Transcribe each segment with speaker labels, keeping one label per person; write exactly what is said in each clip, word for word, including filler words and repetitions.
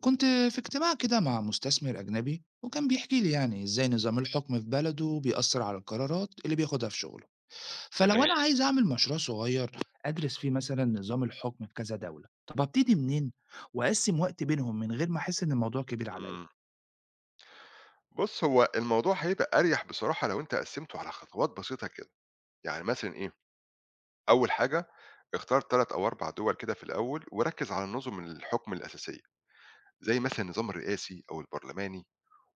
Speaker 1: كنت في اجتماع كده مع مستثمر أجنبي وكان بيحكي لي يعني إزاي نظام الحكم في بلده بيأثر على القرارات اللي بياخدها في شغله. فلو أنا
Speaker 2: تمام.
Speaker 1: تمام عايز أعمل مشروع صغير أدرس فيه مثلا نظام الحكم في كذا دولة، طب أبتدي منين وأقسم وقت بينهم من غير ما أحس إن الموضوع كبير عليا؟
Speaker 2: إمم. بُص، هو الموضوع هيبقى أريح بصراحة لو أنت قسّمته على خطوات بسيطة كده. يعني مثلًا إيه، أول حاجة اختار ثلاثة أو أربعة دول كده في الأول وركّز على النُظُم الحكم الأساسية، زي مثلًا النظام الرئاسي أو البرلماني،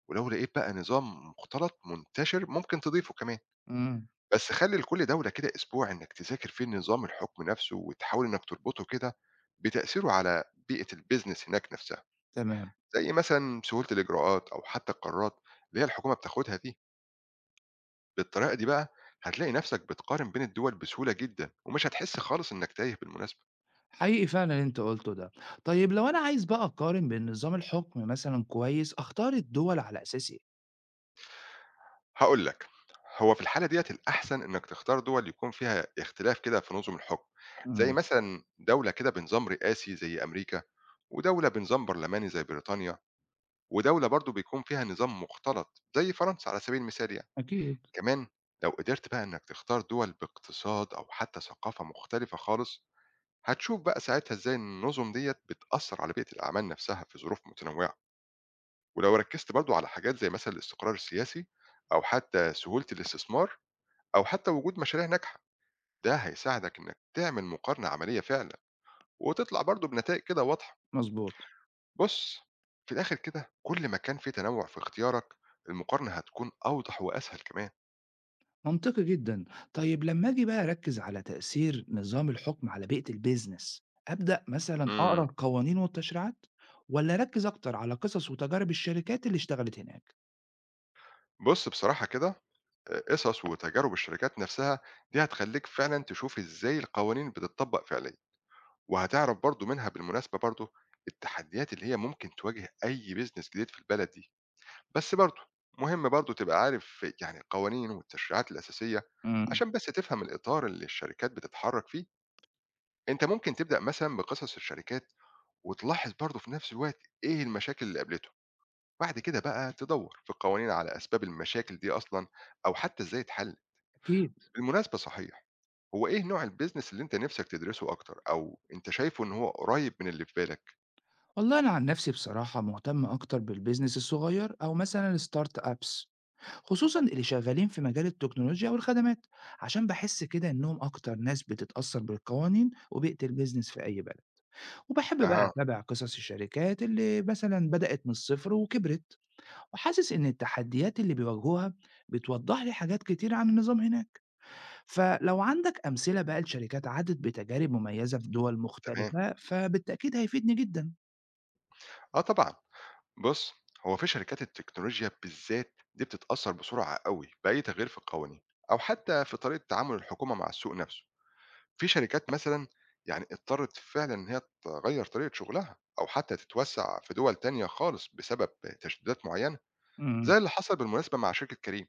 Speaker 2: ولو لقيت بقى نظام مختلط منتشر ممكن تضيفه كمان.
Speaker 1: امم.
Speaker 2: بس خلّي لكل دولة كده أسبوع إنّك تذاكر فيه نظام الحكم نَفْسه وتحاول إنّك تربطه كده بتأثيره على بيئة الbusiness هناك نَفْسها،
Speaker 1: تمام.
Speaker 2: زي مثلًا سهولة الإجراءات أو حتّى القرارات اللي هي الحكومة بتاخدها دي. بالطريقة دي بقى هتلاقي نفسك بتقارن بين الدول بسهولة جدا ومش هتحس خالص إنك تايه. بالمناسبة
Speaker 1: حقيقي فعلا اللي انت قلته ده. طيب لو انا عايز بقى اقارن بين نظام الحكم، مثلا كويس، اختار الدول على اساس ايه؟
Speaker 2: هقول لك، هو في الحالة ديت الأحسن إنك تختار دول يكون فيها اختلاف كده في نظم الحكم، زي
Speaker 1: امم.
Speaker 2: مثلا دولة كده بنظام رئاسي زي أمريكا، ودولة بنظام برلماني زي بريطانيا، ودولة برضو بيكون فيها نظام مختلط زي فرنسا على سبيل المثال يعني.
Speaker 1: اكيد.
Speaker 2: كمان لو قدرت بقى إنك تختار دول باقتصاد أو حتى ثقافة مختلفة خالص، هتشوف بقى ساعتها ازاي النظم ديت بتأثر على بيئة الأعمال نفسها في ظروف متنوعة. ولو ركزت برضو على حاجات زي مثلا الاستقرار السياسي، أو حتى سهولة الاستثمار، أو حتى وجود مشاريع ناجحة، ده هيساعدك إنك تعمل مقارنة عملية فعلا وتطلع برضو بنتائج كده واضحة.
Speaker 1: مظبوط.
Speaker 2: بص، في الآخر كده كل ما كان في تنوع في اختيارك، المقارنة هتكون أوضح وأسهل كمان.
Speaker 1: منطقي جدا. طيب لما اجي بقى اركز على تأثير نظام الحكم على بيئة البيزنس، أبدأ مثلا أقرأ
Speaker 2: مم.
Speaker 1: القوانين والتشريعات، ولا أركز أكتر على قصص وتجارب الشركات اللي اشتغلت هناك؟
Speaker 2: بص بصراحة كده، قصص وتجارب الشركات نفسها دي هتخليك فعلا تشوف ازاي القوانين بتطبق فعليا، وهتعرف برضه منها بالمناسبة برضه التحديات اللي هي ممكن تواجه أي بيزنس جديد في البلد دي، بس برضه مهم برضه تبقى عارف يعني القوانين والتشريعات الأساسية
Speaker 1: امم.
Speaker 2: عشان بس تفهم الإطار اللي الشركات بتتحرك فيه، أنت ممكن تبدأ مثلا بقصص الشركات وتلاحظ برضه في نفس الوقت إيه المشاكل اللي قابلته، بعد كده بقى تدور في القوانين على أسباب المشاكل دي أصلا أو حتى إزاي تحل.
Speaker 1: أكيد.
Speaker 2: بالمناسبة صحيح، هو إيه نوع البيزنس اللي أنت نفسك تدرسه أكتر أو أنت شايفه إن هو قريب من اللي في بالك؟
Speaker 1: والله أنا عن نفسي بصراحة مهتم أكتر بالبيزنس الصغير أو مثلا الستارت أبس، خصوصا اللي شغالين في مجال التكنولوجيا والخدمات، عشان بحس كده إنهم أكتر ناس بتتأثر بالقوانين وبيئة البيزنس في أي بلد. وباحب بقى
Speaker 2: أها.
Speaker 1: أتابع قصص الشركات اللي مثلًا بدأت من الصفر وكبرت، وحاسس إن التحديات اللي بيواجهوها بتوضح لي حاجات كتير عن النظام هناك، فلو عندك أمثلة بقى لشركات عدت بتجارب مميزة في دول
Speaker 2: تمام.
Speaker 1: مختلفة فبالتأكيد هيفيدني جدًا.
Speaker 2: آه طبعًا. بُص، هو في شركات التكنولوجيا بالذات دي بتتأثّر بسرعة أوي بأي تغيير في القوانين أو حتى في طريقة تعامل الحكومة مع السوق نَفْسه. في شركات مثلًا يعني اضطرِّت فعلًا إن هي تغيّر طريقة شُغلها أو حتى تتوسّع في دُوَل تانية خالص بسبب تشديدات معيّنة،
Speaker 1: إمم.
Speaker 2: زي اللي حصل بالمناسبة مع شركة كريم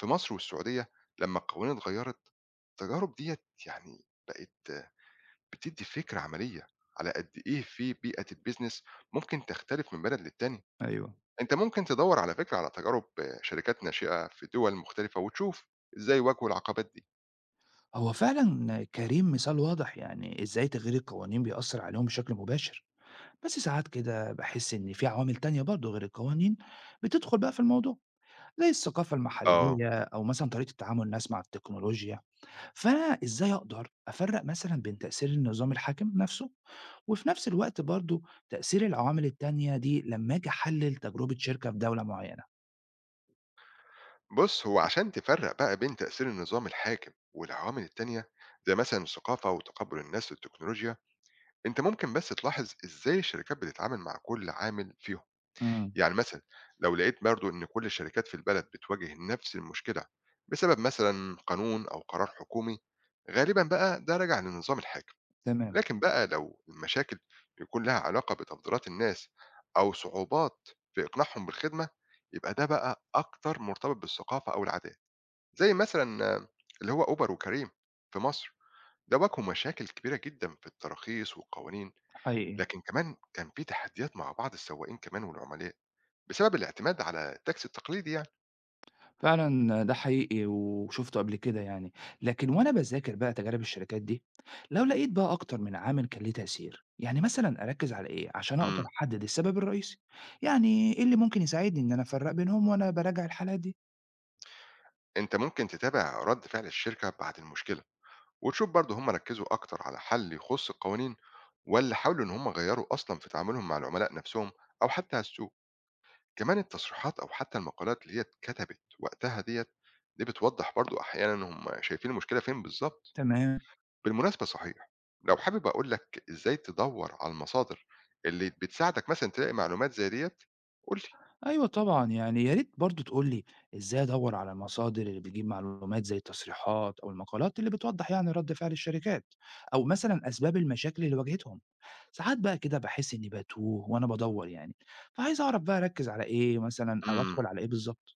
Speaker 2: في مصر والسعودية لمّا القوانين اتغيّرت. التجارب ديّة يعني بقت بتدّي فكرة عملية على قد إيه في بيئة الbusiness ممكن تختلف من بلد للتانية.
Speaker 1: أيوه.
Speaker 2: أنت ممكن تدوّر على فكرة على تجارب شركات ناشئة في دول مختلفة وتشوف إزاي واجهوا العقبات دي.
Speaker 1: هو فعلًا كريم مثال واضح يعني إزاي تغيير القوانين بيأثر عليهم بشكل مباشر، بس ساعات كده باحس إن في عوامل تانية برضه غير القوانين بتدخل بقى في الموضوع، زي الثقافة
Speaker 2: آه.
Speaker 1: المحلية أو مثلًا طريقة تعامل الناس مع التكنولوجيا. فأنا إزاي أقدر أفرّق مثلًا بين تأثير النظام الحاكم نفسه، وفي نفس الوقت برضه تأثير العوامل التانية دي، لمّا آجي أحلّل تجربة شركة في دولة معينة؟
Speaker 2: بُص، هو عشان تفرّق بقى بين تأثير النظام الحاكم والعوامل التانية، زي مثلًا الثقافة وتقبُّل الناس للتكنولوجيا، أنت ممكن بس تلاحظ إزاي الشركات بتتعامل مع كل عامل فيهم.
Speaker 1: إمم.
Speaker 2: يعني مثلًا لو لقيت برضه إن كل الشركات في البلد بتواجه نفس المشكلة بسبب مثلًا قانون أو قرار حكومي، غالبًا بقى ده راجع للنظام الحاكم.
Speaker 1: تمام.
Speaker 2: لكن بقى لو المشاكل يكون لها علاقة بتفضيلات الناس أو صعوبات في إقناعهم بالخدمة، يبقى ده بقى أكتر مرتبط بالثقافة أو العادات، زي مثلا آه، اللي هو أوبر وكريم في مصر، ده واجهوا مشاكل كبيرة جدا في التراخيص والقوانين،
Speaker 1: حقيقي.
Speaker 2: لكن كمان كان في تحديات مع بعض السواقين كمان والعملاء بسبب الاعتماد على التاكسي التقليدي يعني.
Speaker 1: فعلًا ده حقيقي وشُفته قبل كده يعني، لكن وأنا باذاكر بقى تجارب الشركات دي، لو لقيت بقى أكتر من عامل كان ليه تأثير، يعني مثلًا أركّز على إيه عشان أقدر
Speaker 2: مم.
Speaker 1: أحدد السبب الرئيسي؟ يعني إيه اللي ممكن يساعدني إن أنا أفرّق بينهم وأنا باراجع الحالات دي؟
Speaker 2: انت ممكن تتابع رد فعل الشركة بعد المشكلة، وتشوف برضه هم ركزوا أكتر على حل يخص القوانين ولا حاولوا إن هم غيروا أصلا في تعاملهم مع العملاء نفسهم أو حتى على السوق. كمان التصريحات أو حتى المقالات اللي هي اتكتبت وقتها ديت، دي بتوضح برضه أحيانا إن هم شايفين المشكلة فين بالظبط.
Speaker 1: تمام.
Speaker 2: بالمناسبة صحيح، لو حابب أقول لك إزاي تدور على المصادر اللي بتساعدك مثلا تلاقي معلومات زي ديت، قول لي.
Speaker 1: أيوه طبعًا، يعني يا ريت برضه تقول لي إزاي أدوّر على المصادر اللي بتجيب معلومات زي التصريحات أو المقالات اللي بتوضّح يعني رد فعل الشركات، أو مثلًا أسباب المشاكل اللي واجهتهم. ساعات بقى كده باحس إني باتوه وأنا بادوّر يعني، فعايز أعرف بقى أركّز على إيه مثلًا أو
Speaker 2: امم،
Speaker 1: أدخل على إيه بالضبط؟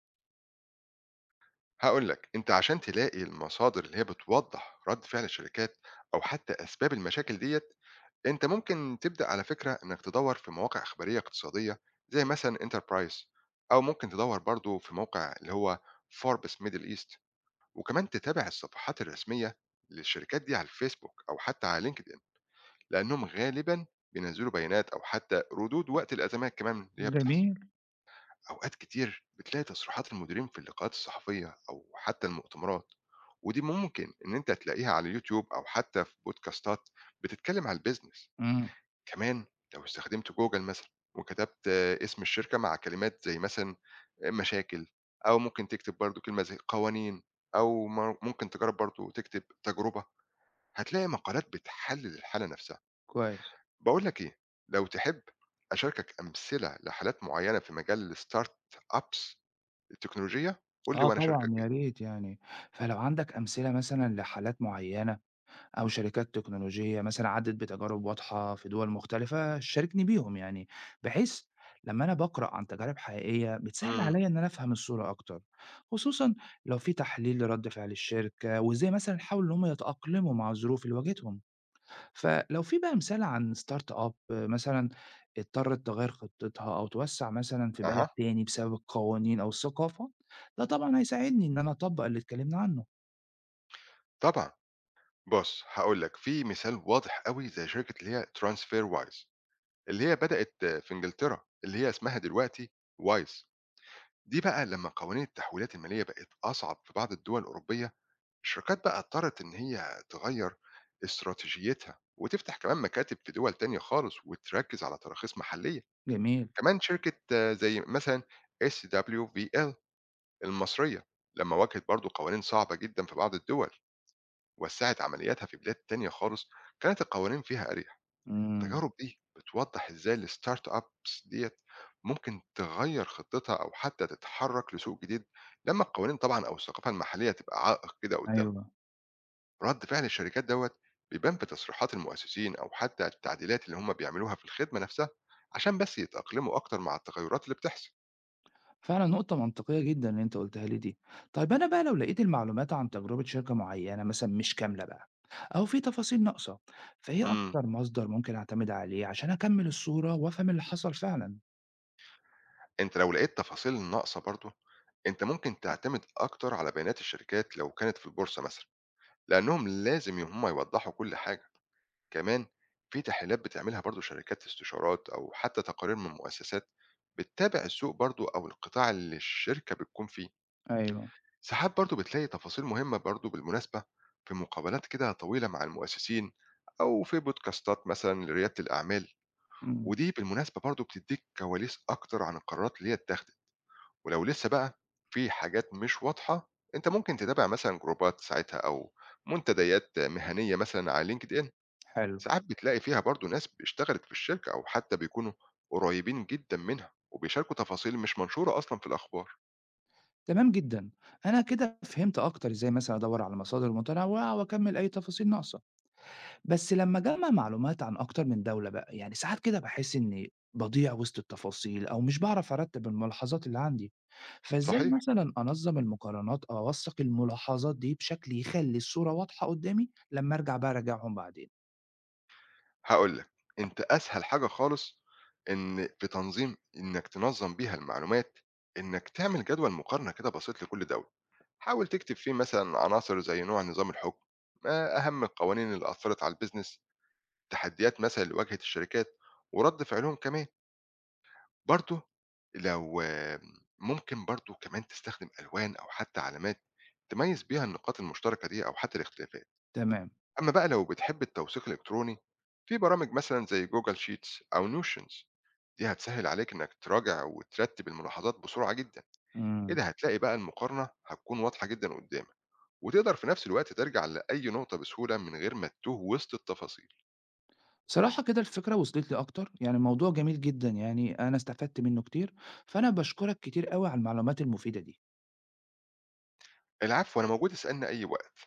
Speaker 2: هقول لك انت عشان تلاقي المصادر اللي هي بتوضح رد فعل الشركات او حتى اسباب المشاكل ديت، أنت ممكن تبدأ على فكرة إنك تدوّر في مواقع إخبارية اقتصادية زي مثلًا Enterprise، أو ممكن تدوّر برضه في موقع اللي هو Forbes Middle East، وكمان تتابع الصفحات الرسمية للشركات دي على الفيسبوك أو حتى على LinkedIn، لأنهم غالبًا بينزّلوا بيانات أو حتى ردود وقت الأزمات كمان اللي هي بتحصل.
Speaker 1: جميل.
Speaker 2: أوقات كتير بتلاقي تصريحات المديرين في اللقاءات الصحفية أو حتى المؤتمرات، ودي ممكن إن أنت تلاقيها على اليوتيوب أو حتى في بودكاستات بتتكلم على الbusiness.
Speaker 1: إمم.
Speaker 2: كمان لو استخدمت جوجل مثلًا وكتبت آه، اسم الشركة مع كلمات زي مثلًا مشاكل، أو ممكن تكتب برضه كلمة زي قوانين، أو م ممكن تجرب برضه تكتب تجربة، هتلاقي مقالات بتحلل الحالة نفسها.
Speaker 1: كويس.
Speaker 2: باقول لك إيه، لو تحب أشاركك أمثلة لحالات معينة في مجال الstart ups التكنولوجية، قُل لي
Speaker 1: آه
Speaker 2: وأنا أشاركك
Speaker 1: طبعًا
Speaker 2: بيها.
Speaker 1: يا ريت يعني، فلو عندك أمثلة مثلًا لحالات معيّنة أو شركات تكنولوجية مثلًا عدِّت بتجارب واضحة في دول مختلفة شاركني بيهم يعني، بحيث لمّا أنا باقرأ عن تجارب حقيقية بتسهِّل
Speaker 2: إمم.
Speaker 1: عليَّ إن أنا أفهم الصورة أكتر، خصوصًا لو في تحليل لرد فعل الشركة وإزاي مثلًا حاولوا إن هم يتأقلموا مع الظروف اللي واجهتهم. فلو في بقى مثال عن startup مثلًا اضطرت تغيّر خطتها أو توسّع مثلًا في بلد
Speaker 2: أها،
Speaker 1: تاني بسبب القوانين أو الثقافة، ده طبعًا هيساعدني إن أنا أطبّق اللي اتكلمنا عنه.
Speaker 2: طبعًا. بُص هاقول لك في مثال واضح أوي زي شركة اللي هي TransferWise، اللي هي بدأت في إنجلترا، اللي هي اسمها دلوقتي wise. دي بقى لمّا قوانين التحويلات المالية بقت أصعب في بعض الدول الأوروبية، الشركات بقى اضطرت إن هي تغيّر استراتيجيتها، وتفتح كمان مكاتب في دول تانية خالص، وتركّز على تراخيص محلية.
Speaker 1: جميل.
Speaker 2: كمان شركة آه، زي مثلًا S W V L المصرية، لمّا واجهت برضه قوانين صعبة جدًا في بعض الدول، وسّعت عملياتها في بلاد تانية خالص، كانت القوانين فيها أريح.
Speaker 1: إمم.
Speaker 2: التجارب دي بتوضح ازاي الستارت ابس ديت ممكن تغير خطتها او حتى تتحرك لسوق جديد لما القوانين طبعا او الثقافه المحليه تبقى عائق كده قدام.
Speaker 1: أيوه.
Speaker 2: رد فعل الشركات دوت بيبان في تصريحات المؤسسين او حتى التعديلات اللي هم بيعملوها في الخدمه نفسها عشان بس يتاقلموا اكتر مع التغيرات اللي بتحصل.
Speaker 1: فعلا نقطة منطقية جدا اللي انت قلتها لي دي. طيب انا بقى لو لقيت المعلومات عن تجربة شركة معينة مثلا مش كاملة بقى، او في تفاصيل ناقصة، فايه
Speaker 2: امم،
Speaker 1: اكتر مصدر ممكن اعتمد عليه عشان اكمل الصورة وافهم اللي حصل فعلا؟
Speaker 2: انت لو لقيت تفاصيل ناقصه برضه، انت ممكن تعتمد اكتر على بيانات الشركات لو كانت في البورصه مثلا، لانهم لازم هم يوضحوا كل حاجه. كمان في تحليلات بتعملها برضو شركات استشارات أو حتى تقارير من مؤسسات بتتابع السوق برضو أو القطاع اللي الشركة بتكون فيه.
Speaker 1: ايوه.
Speaker 2: ساعات برضو بتلاقي تفاصيل مهمة برضو بالمناسبة في مقابلات كده طويلة مع المؤسسين أو في بودكاستات مثلا لريادة الأعمال،
Speaker 1: امم.
Speaker 2: ودي بالمناسبة برضو بتديك كواليس أكتر عن القرارات اللي هي اتاخدت. ولو لسه بقى في حاجات مش واضحة، أنت ممكن تتابع مثلا جروبات ساعتها أو منتديات مهنية مثلا على لينكد إن،
Speaker 1: حلو.
Speaker 2: ساعات بتلاقي فيها برضه ناس اشتغلت في الشركة أو حتى بيكونوا قريبين جدا منها وبيشاركوا تفاصيل مش منشورة أصلا في الأخبار.
Speaker 1: تمام جدا، انا كده فهمت اكتر ازاي مثلا ادور على مصادر متنوعة واكمل اي تفاصيل ناقصة. بس لمّا أجمّع معلومات عن أكتر من دولة بقى، يعني ساعات كده باحس إني باضيع وسط التفاصيل أو مش باعرف أرتّب الملاحظات اللي عندي، فإزاي
Speaker 2: صحيح،
Speaker 1: مثلًا أنظّم المقارنات أو أوثّق الملاحظات دي بشكل يخلّي الصورة واضحة قدّامي لمّا أرجع بقى أراجعهم بعدين؟
Speaker 2: هقول لك، أنت أسهل حاجة خالص إن في تنظيم إنك تنظم بيها المعلومات، إنك تعمل جدول مقارنة كده بسيط لكل دولة، حاول تكتب فيه مثلا عناصر زي نوع نظام الحكم، ما أهم القوانين اللي أثرت على البيزنس، تحديات مثلا اللي واجهت الشركات، ورد فعلهم كمان. برضه لو آمم، ممكن برضه كمان تستخدم ألوان أو حتى علامات تميّز بيها النقاط المشتركة دي أو حتى الاختلافات.
Speaker 1: تمام.
Speaker 2: أمّا بقى لو بتحب التوثيق الإلكتروني، في برامج مثلًا زي Google sheets أو notions، دي هتسهّل عليك إنّك تراجع وترتّب الملاحظات بسرعة جدًا.
Speaker 1: إمم.
Speaker 2: كده هتلاقي بقى المقارنة هتكون واضحة جدًا قدّامك، وتقدر في نفس الوقت ترجع لأي نقطة بسهولة من غير ما تتوه وسط التفاصيل.
Speaker 1: بصراحة كده الفكرة وصلت لي أكتر، يعني الموضوع جميل جدًا، يعني أنا استفدت منّه كتير، فأنا باشكرك كتير أوي على المعلومات المفيدة دي.
Speaker 2: العفو، أنا موجود اسألني أي وقت.